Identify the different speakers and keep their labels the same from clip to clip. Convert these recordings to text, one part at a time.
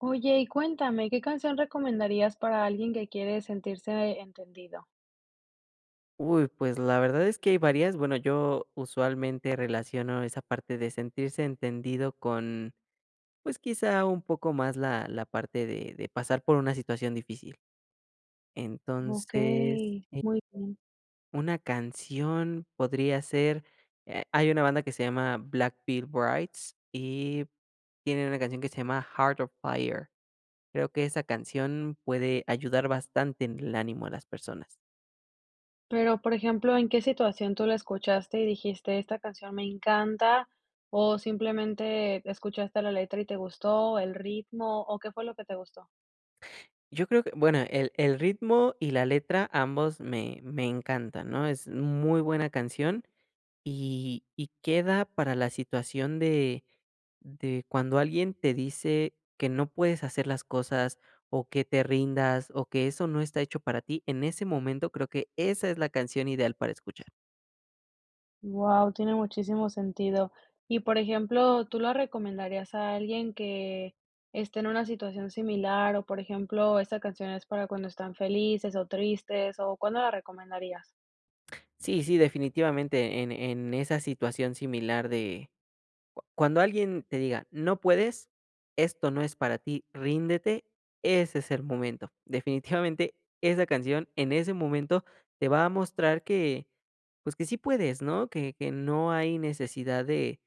Speaker 1: Oye, y cuéntame, ¿qué canción recomendarías para alguien que quiere sentirse entendido?
Speaker 2: Uy, pues la verdad es que hay varias. Bueno, yo usualmente relaciono esa parte de sentirse entendido con, pues quizá un poco más la parte de pasar por una situación difícil. Entonces,
Speaker 1: Okey,
Speaker 2: eh,
Speaker 1: muy bien.
Speaker 2: una canción podría ser, hay una banda que se llama Black Veil Brides y tienen una canción que se llama Heart of Fire. Creo que esa canción puede ayudar bastante en el ánimo a las personas.
Speaker 1: Pero, por ejemplo, ¿en qué situación tú la escuchaste y dijiste: "Esta canción me encanta"? ¿O simplemente escuchaste la letra y te gustó, el ritmo, o qué fue lo que te gustó?
Speaker 2: Yo creo que, bueno, el ritmo y la letra, ambos me encantan, ¿no? Es muy buena canción y queda para la situación de cuando alguien te dice que no puedes hacer las cosas, o que te rindas, o que eso no está hecho para ti, en ese momento creo que esa es la canción ideal para escuchar.
Speaker 1: Wow, tiene muchísimo sentido. Y, por ejemplo, ¿tú la recomendarías a alguien que esté en una situación similar? O, por ejemplo, ¿esta canción es para cuando están felices o tristes? ¿O cuándo la recomendarías?
Speaker 2: Sí, sí, definitivamente en esa situación similar de cuando alguien te diga: "No puedes, esto no es para ti, ríndete", ese es el momento. Definitivamente, esa canción, en ese momento, te va a mostrar que, pues, que sí puedes, ¿no? Que no hay necesidad de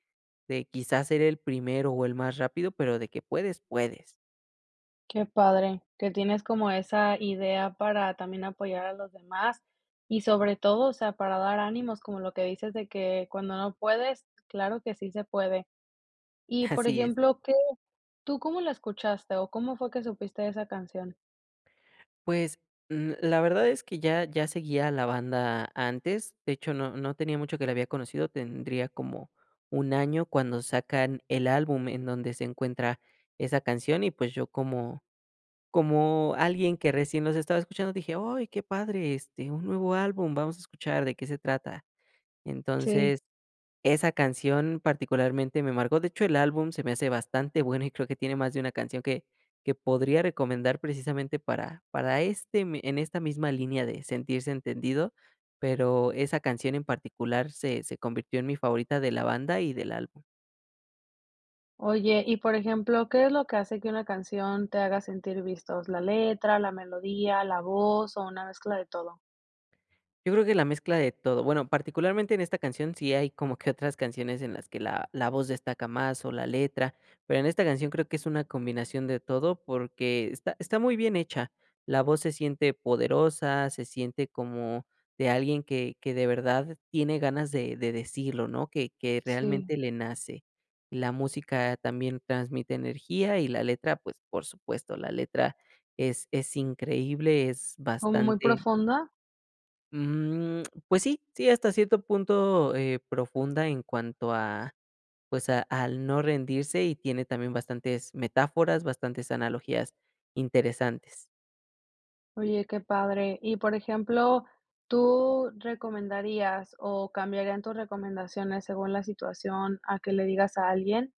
Speaker 2: de quizás ser el primero o el más rápido, pero de que puedes, puedes.
Speaker 1: Qué padre, que tienes como esa idea para también apoyar a los demás y sobre todo, o sea, para dar ánimos, como lo que dices de que cuando no puedes, claro que sí se puede. Y por
Speaker 2: Así es.
Speaker 1: ejemplo, ¿qué tú cómo la escuchaste o cómo fue que supiste de esa canción?
Speaker 2: Pues, la verdad es que ya seguía a la banda antes, de hecho, no tenía mucho que la había conocido, tendría como un año cuando sacan el álbum en donde se encuentra esa canción y, pues, yo como como alguien que recién los estaba escuchando dije: "Ay, qué padre, este, un nuevo álbum, vamos a escuchar de qué se trata".
Speaker 1: Sí.
Speaker 2: Entonces esa canción particularmente me marcó. De hecho, el álbum se me hace bastante bueno y creo que tiene más de una canción que podría recomendar precisamente para este, en esta misma línea de sentirse entendido, pero esa canción en particular se, se convirtió en mi favorita de la banda y del álbum.
Speaker 1: Oye, y por ejemplo, ¿qué es lo que hace que una canción te haga sentir vistos? ¿La letra, la melodía, la voz o una mezcla de todo?
Speaker 2: Yo creo que la mezcla de todo. Bueno, particularmente en esta canción sí hay como que otras canciones en las que la voz destaca más o la letra, pero en esta canción creo que es una combinación de todo porque está, está muy bien hecha. La voz se siente poderosa, se siente como de alguien que de verdad tiene ganas de decirlo, ¿no? Que
Speaker 1: Sí,
Speaker 2: realmente le nace. La música también transmite energía y la letra, pues por supuesto, la letra es increíble, es
Speaker 1: como muy
Speaker 2: bastante.
Speaker 1: profunda.
Speaker 2: Mm, pues sí, sí, hasta cierto punto, profunda en cuanto a, pues, a al no rendirse, y tiene también bastantes metáforas, bastantes analogías interesantes.
Speaker 1: Oye, qué padre. Y, por ejemplo, ¿tú recomendarías o cambiarían tus recomendaciones según la situación a que le digas a alguien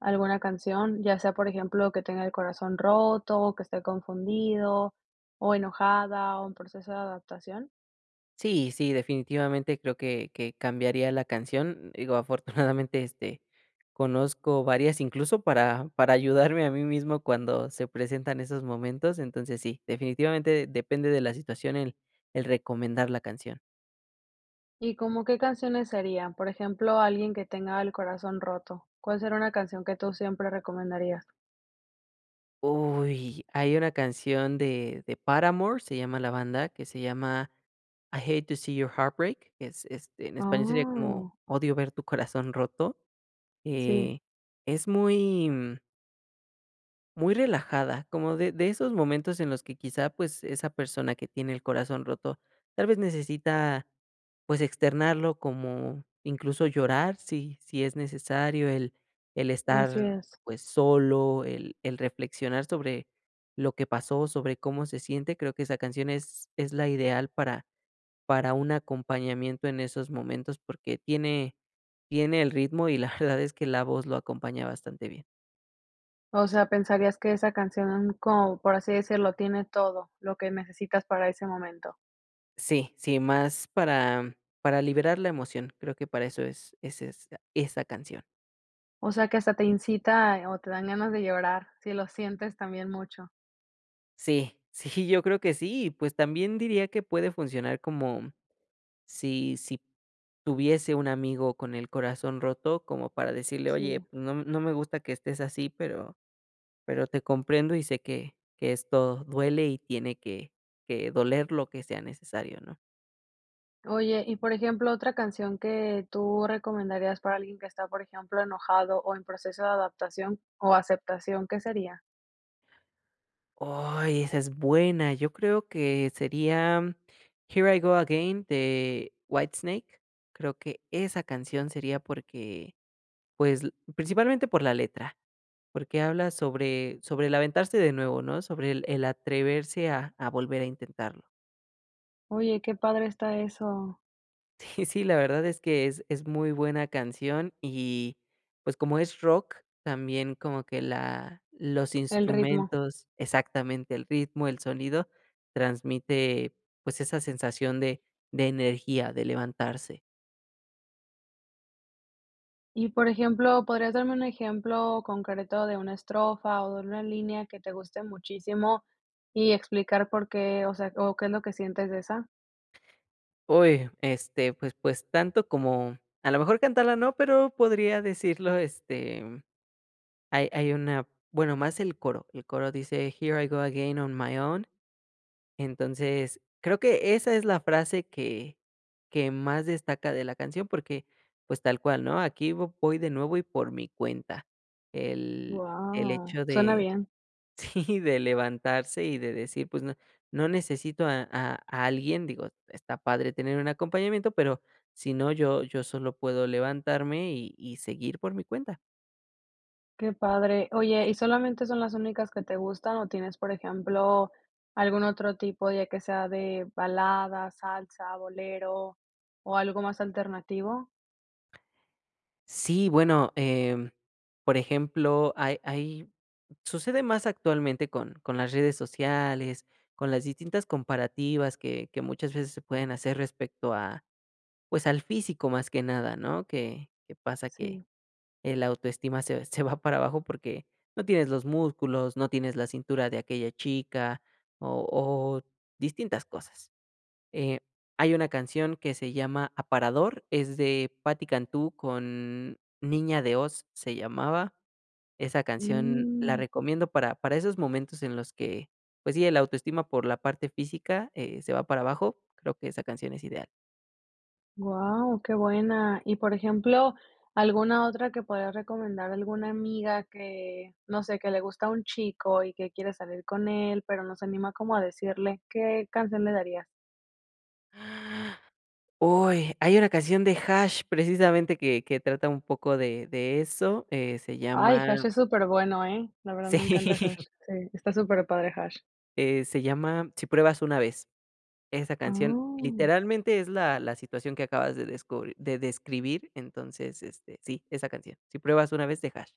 Speaker 1: alguna canción? Ya sea, por ejemplo, que tenga el corazón roto, o que esté confundido, o enojada, o en proceso de adaptación.
Speaker 2: Sí, sí, definitivamente creo que cambiaría la canción. Digo, afortunadamente, este, conozco varias, incluso para ayudarme a mí mismo cuando se presentan esos momentos. Entonces sí, definitivamente depende de la situación el recomendar la canción.
Speaker 1: ¿Y como qué canciones serían? Por ejemplo, alguien que tenga el corazón roto. ¿Cuál será una canción que tú siempre recomendarías?
Speaker 2: Uy, hay una canción de Paramore, se llama la banda, que se llama I Hate to See Your Heartbreak, que es, este, en español sería como
Speaker 1: Oh,
Speaker 2: Odio ver tu corazón roto.
Speaker 1: sí,
Speaker 2: Eh, es muy muy relajada, como de esos momentos en los que quizá, pues, esa persona que tiene el corazón roto, tal vez necesita, pues, externarlo, como incluso llorar si es necesario, el
Speaker 1: así
Speaker 2: estar,
Speaker 1: es.
Speaker 2: pues, solo, el reflexionar sobre lo que pasó, sobre cómo se siente. Creo que esa canción es la ideal para un acompañamiento en esos momentos, porque tiene tiene el ritmo y la verdad es que la voz lo acompaña bastante bien.
Speaker 1: O sea, pensarías que esa canción, como por así decirlo, tiene todo lo que necesitas para ese momento.
Speaker 2: Sí, sí, más para liberar la emoción, creo que para eso es esa esa canción.
Speaker 1: O sea, que hasta te incita o te dan ganas de llorar, si lo sientes también mucho.
Speaker 2: Sí, sí, yo creo que sí, pues también diría que puede funcionar como si tuviese un amigo con el corazón roto, como para decirle: "Oye,
Speaker 1: Sí.
Speaker 2: pues no me gusta que estés así, pero te comprendo y sé que esto duele y tiene que doler lo que sea necesario", ¿no?
Speaker 1: Oye, y por ejemplo, otra canción que tú recomendarías para alguien que está, por ejemplo, enojado o en proceso de adaptación o aceptación, ¿qué sería?
Speaker 2: Ay, esa es buena. Yo creo que sería Here I Go Again de Whitesnake. Creo que esa canción sería porque, pues, principalmente por la letra, porque habla sobre, sobre el aventarse de nuevo, ¿no? Sobre el atreverse a volver a intentarlo.
Speaker 1: Oye, qué padre está eso,
Speaker 2: Sí, sí, la verdad es que es muy buena canción y, pues, como es rock, también como que la los
Speaker 1: el ritmo.
Speaker 2: instrumentos exactamente, el ritmo, el sonido, transmite, pues, esa sensación de energía, de levantarse.
Speaker 1: Y, por ejemplo, ¿podrías darme un ejemplo concreto de una estrofa o de una línea que te guste muchísimo y explicar por qué, o sea, o qué es lo que sientes de esa?
Speaker 2: Uy, este, pues, tanto como a lo mejor cantarla no, pero podría decirlo, este, hay hay una bueno, más el coro. El coro dice: "Here I go again on my own". Entonces, creo que esa es la frase que más destaca de la canción, porque, pues, tal cual, ¿no? Aquí vo voy de nuevo y por mi cuenta. El el
Speaker 1: Guau,
Speaker 2: hecho
Speaker 1: suena
Speaker 2: de
Speaker 1: bien,
Speaker 2: sí, de levantarse y de decir, pues, no necesito a a alguien, digo, está padre tener un acompañamiento, pero si no, yo solo puedo levantarme y seguir por mi cuenta.
Speaker 1: qué padre. Oye, ¿y solamente son las únicas que te gustan o tienes, por ejemplo, algún otro tipo, ya que sea de balada, salsa, bolero o algo más alternativo?
Speaker 2: Sí, bueno, por ejemplo, hay sucede más actualmente con las redes sociales, con las distintas comparativas que muchas veces se pueden hacer respecto a, pues, al físico más que nada, ¿no? Que pasa que
Speaker 1: Sí.
Speaker 2: el autoestima se va para abajo porque no tienes los músculos, no tienes la cintura de aquella chica o distintas cosas. Eh, hay una canción que se llama Aparador, es de Patti Cantú con Niña de Oz se llamaba. Esa canción la
Speaker 1: Mm.
Speaker 2: recomiendo para esos momentos en los que, pues sí, el autoestima por la parte física, se va para abajo, creo que esa canción es ideal.
Speaker 1: Wow, qué buena. Y por ejemplo, ¿alguna otra que podrías recomendar? ¿Alguna amiga que, no sé, que le gusta a un chico y que quiere salir con él, pero no se anima como a decirle? ¿Qué canción le darías?
Speaker 2: Uy, hay una canción de Hash precisamente que trata un poco de eso, se
Speaker 1: Ay, Hash
Speaker 2: llama
Speaker 1: es súper bueno, ¿eh? La verdad me encanta
Speaker 2: sí,
Speaker 1: Hash. Sí, está súper padre Hash.
Speaker 2: se llama Si pruebas una vez. Esa canción
Speaker 1: Oh,
Speaker 2: literalmente es la situación que acabas de descubrir de describir, entonces, este, sí, esa canción. Si pruebas una vez, te hash.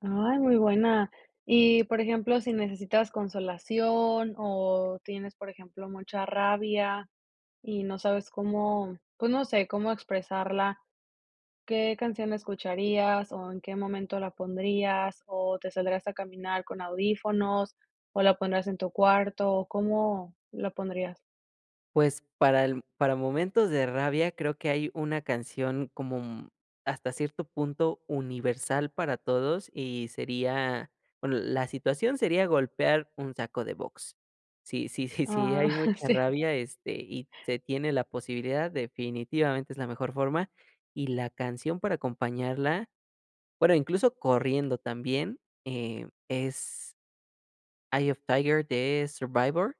Speaker 1: ay, muy buena. Y por ejemplo, si necesitas consolación o tienes, por ejemplo, mucha rabia y no sabes cómo, pues no sé, cómo expresarla. ¿Qué canción escucharías o en qué momento la pondrías o te saldrás a caminar con audífonos o la pondrás en tu cuarto o cómo la pondrías?
Speaker 2: Pues para el para momentos de rabia, creo que hay una canción como, hasta cierto punto universal para todos y sería, bueno, la situación sería golpear un saco de box. Si
Speaker 1: Ah,
Speaker 2: hay mucha
Speaker 1: sí,
Speaker 2: rabia, este, y se tiene la posibilidad, definitivamente es la mejor forma, y la canción para acompañarla. Bueno, incluso corriendo también, es Eye of Tiger de Survivor.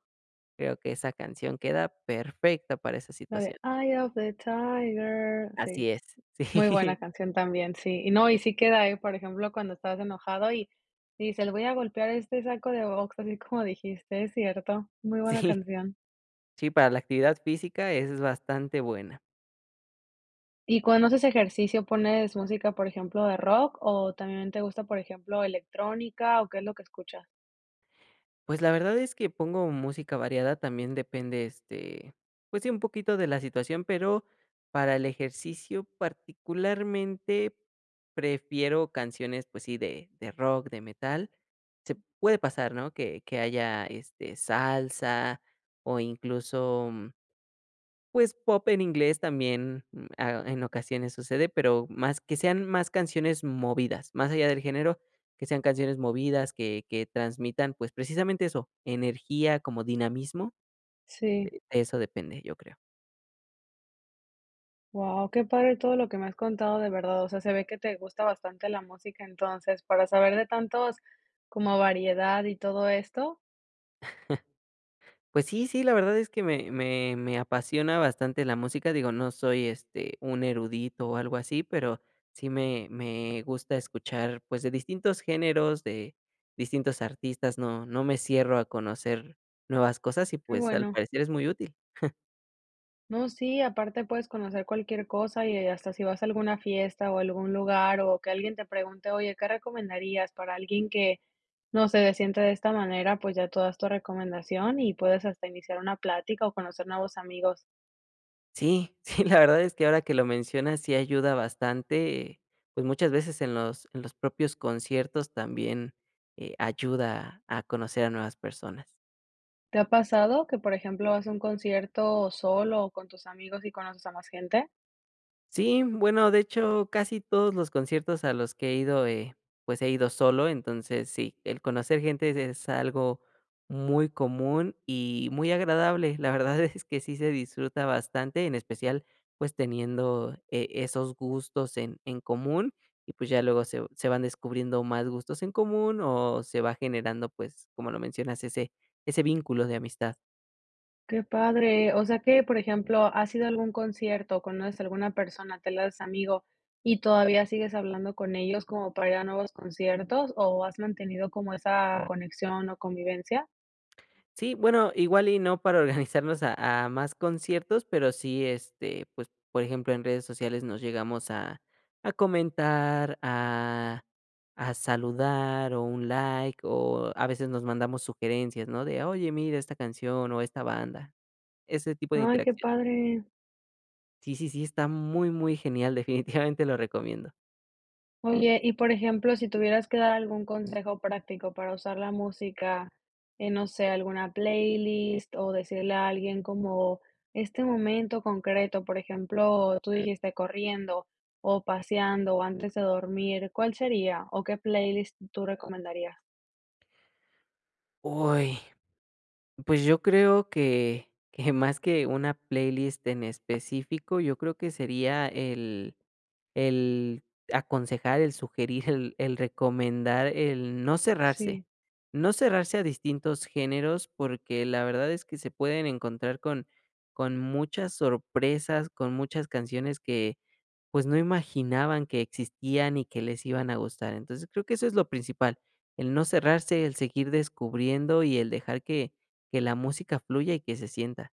Speaker 2: Creo que esa canción queda perfecta para esa
Speaker 1: la de
Speaker 2: situación.
Speaker 1: Eye of the Tiger, sí,
Speaker 2: Así es.
Speaker 1: muy
Speaker 2: Sí,
Speaker 1: buena canción también, sí, y no, y sí queda, por ejemplo, cuando estás enojado y dices: "Le voy a golpear este saco de box", así como dijiste, es cierto, muy buena
Speaker 2: sí,
Speaker 1: canción.
Speaker 2: sí, para la actividad física es bastante buena.
Speaker 1: Y cuando haces ejercicio, ¿pones música, por ejemplo, de rock o también te gusta, por ejemplo, electrónica o qué es lo que escuchas?
Speaker 2: Pues la verdad es que pongo música variada, también depende, este, pues sí, un poquito de la situación, pero para el ejercicio particularmente prefiero canciones, pues sí, de rock, de metal. Se puede pasar, ¿no? Que haya, este, salsa o incluso, pues, pop en inglés también, en ocasiones sucede, pero más que sean más canciones movidas, más allá del género, que sean canciones movidas, que transmitan, pues, precisamente eso, energía, como dinamismo,
Speaker 1: Sí,
Speaker 2: de eso depende, yo creo.
Speaker 1: wow, qué padre todo lo que me has contado de verdad, o sea, se ve que te gusta bastante la música, entonces, para saber de tantos como variedad y todo esto,
Speaker 2: Pues sí, sí, la verdad es que me apasiona bastante la música, digo, no soy, este, un erudito o algo así, pero sí me gusta escuchar, pues, de distintos géneros, de distintos artistas, no me cierro a conocer nuevas cosas y,
Speaker 1: qué
Speaker 2: pues, al
Speaker 1: bueno.
Speaker 2: parecer es muy útil.
Speaker 1: No, sí, aparte puedes conocer cualquier cosa y hasta si vas a alguna fiesta o algún lugar o que alguien te pregunte, oye, ¿qué recomendarías para alguien que no se siente de esta manera? Pues ya tú das tu recomendación y puedes hasta iniciar una plática o conocer nuevos amigos.
Speaker 2: Sí, sí, la verdad es que ahora que lo mencionas sí ayuda bastante, pues, muchas veces en los propios conciertos también, ayuda a conocer a nuevas personas.
Speaker 1: ¿Te ha pasado que, por ejemplo, vas a un concierto solo o con tus amigos y conoces a más gente?
Speaker 2: Sí, bueno, de hecho, casi todos los conciertos a los que he ido, pues he ido solo, entonces sí, el conocer gente es algo muy común y muy agradable. La verdad es que sí se disfruta bastante, en especial pues teniendo esos gustos en común y pues ya luego se, se van descubriendo más gustos en común o se va generando pues, como lo mencionas, ese vínculo de amistad.
Speaker 1: Qué padre. O sea que, por ejemplo, has ido a algún concierto, conoces a alguna persona, te la haces amigo y todavía sigues hablando con ellos como para ir a nuevos conciertos, o has mantenido como esa conexión o convivencia.
Speaker 2: Sí, bueno, igual y no para organizarnos a más conciertos, pero sí, este, pues, por ejemplo, en redes sociales nos llegamos a comentar, a saludar o un like, o a veces nos mandamos sugerencias, ¿no? De: "Oye, mira esta canción o esta banda", ese tipo de
Speaker 1: Ay, qué
Speaker 2: interacción.
Speaker 1: padre.
Speaker 2: Sí, sí, sí, está muy, muy genial, definitivamente lo recomiendo.
Speaker 1: Oye, y por ejemplo, si tuvieras que dar algún consejo práctico para usar la música, en, no sé, alguna playlist o decirle a alguien como este momento concreto, por ejemplo, tú dijiste corriendo o paseando o antes de dormir, ¿cuál sería o qué playlist tú recomendarías?
Speaker 2: Uy, pues, yo creo que más que una playlist en específico, yo creo que sería el aconsejar, el sugerir, el recomendar, el no cerrarse.
Speaker 1: Sí.
Speaker 2: No cerrarse a distintos géneros, porque la verdad es que se pueden encontrar con muchas sorpresas, con muchas canciones que, pues, no imaginaban que existían y que les iban a gustar. Entonces, creo que eso es lo principal, el no cerrarse, el seguir descubriendo y el dejar que la música fluya y que se sienta.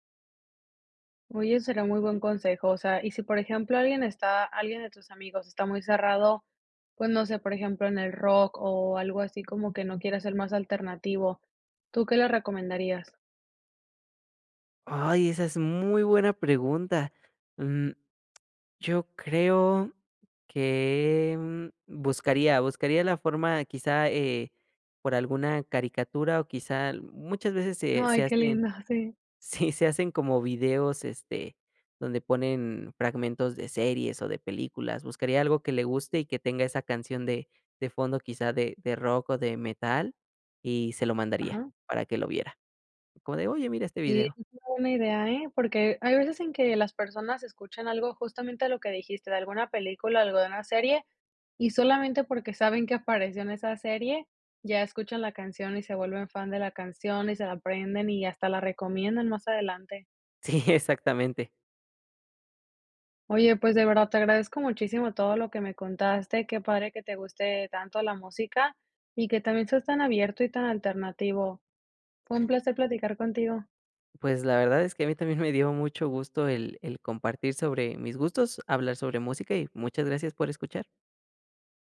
Speaker 1: Oye, será muy buen consejo, o sea, y si, por ejemplo, alguien está alguien de tus amigos está muy cerrado, pues, no sé, por ejemplo, en el rock o algo así como que no quiere ser más alternativo, ¿tú qué le recomendarías?
Speaker 2: Ay, esa es muy buena pregunta. Mm. Yo creo que, buscaría la forma, quizá, por alguna caricatura o quizá muchas veces se
Speaker 1: Ay, qué
Speaker 2: hacen
Speaker 1: lindo, sí.
Speaker 2: sí, se hacen como videos, este, donde ponen fragmentos de series o de películas. Buscaría algo que le guste y que tenga esa canción de fondo, quizá de rock o de metal, y se lo mandaría
Speaker 1: Ajá.
Speaker 2: para que lo viera. Como de: "Oye, mira este
Speaker 1: Sí,
Speaker 2: video".
Speaker 1: es una buena idea, ¿eh? Porque hay veces en que las personas escuchan algo, justamente lo que dijiste, de alguna película, algo de una serie, y solamente porque saben que apareció en esa serie, ya escuchan la canción y se vuelven fan de la canción y se la aprenden y hasta la recomiendan más adelante.
Speaker 2: Sí, exactamente.
Speaker 1: Oye, pues de verdad te agradezco muchísimo todo lo que me contaste. Qué padre que te guste tanto la música y que también seas tan abierto y tan alternativo. Fue un placer platicar contigo.
Speaker 2: Pues la verdad es que a mí también me dio mucho gusto el compartir sobre mis gustos, hablar sobre música y muchas gracias por escuchar.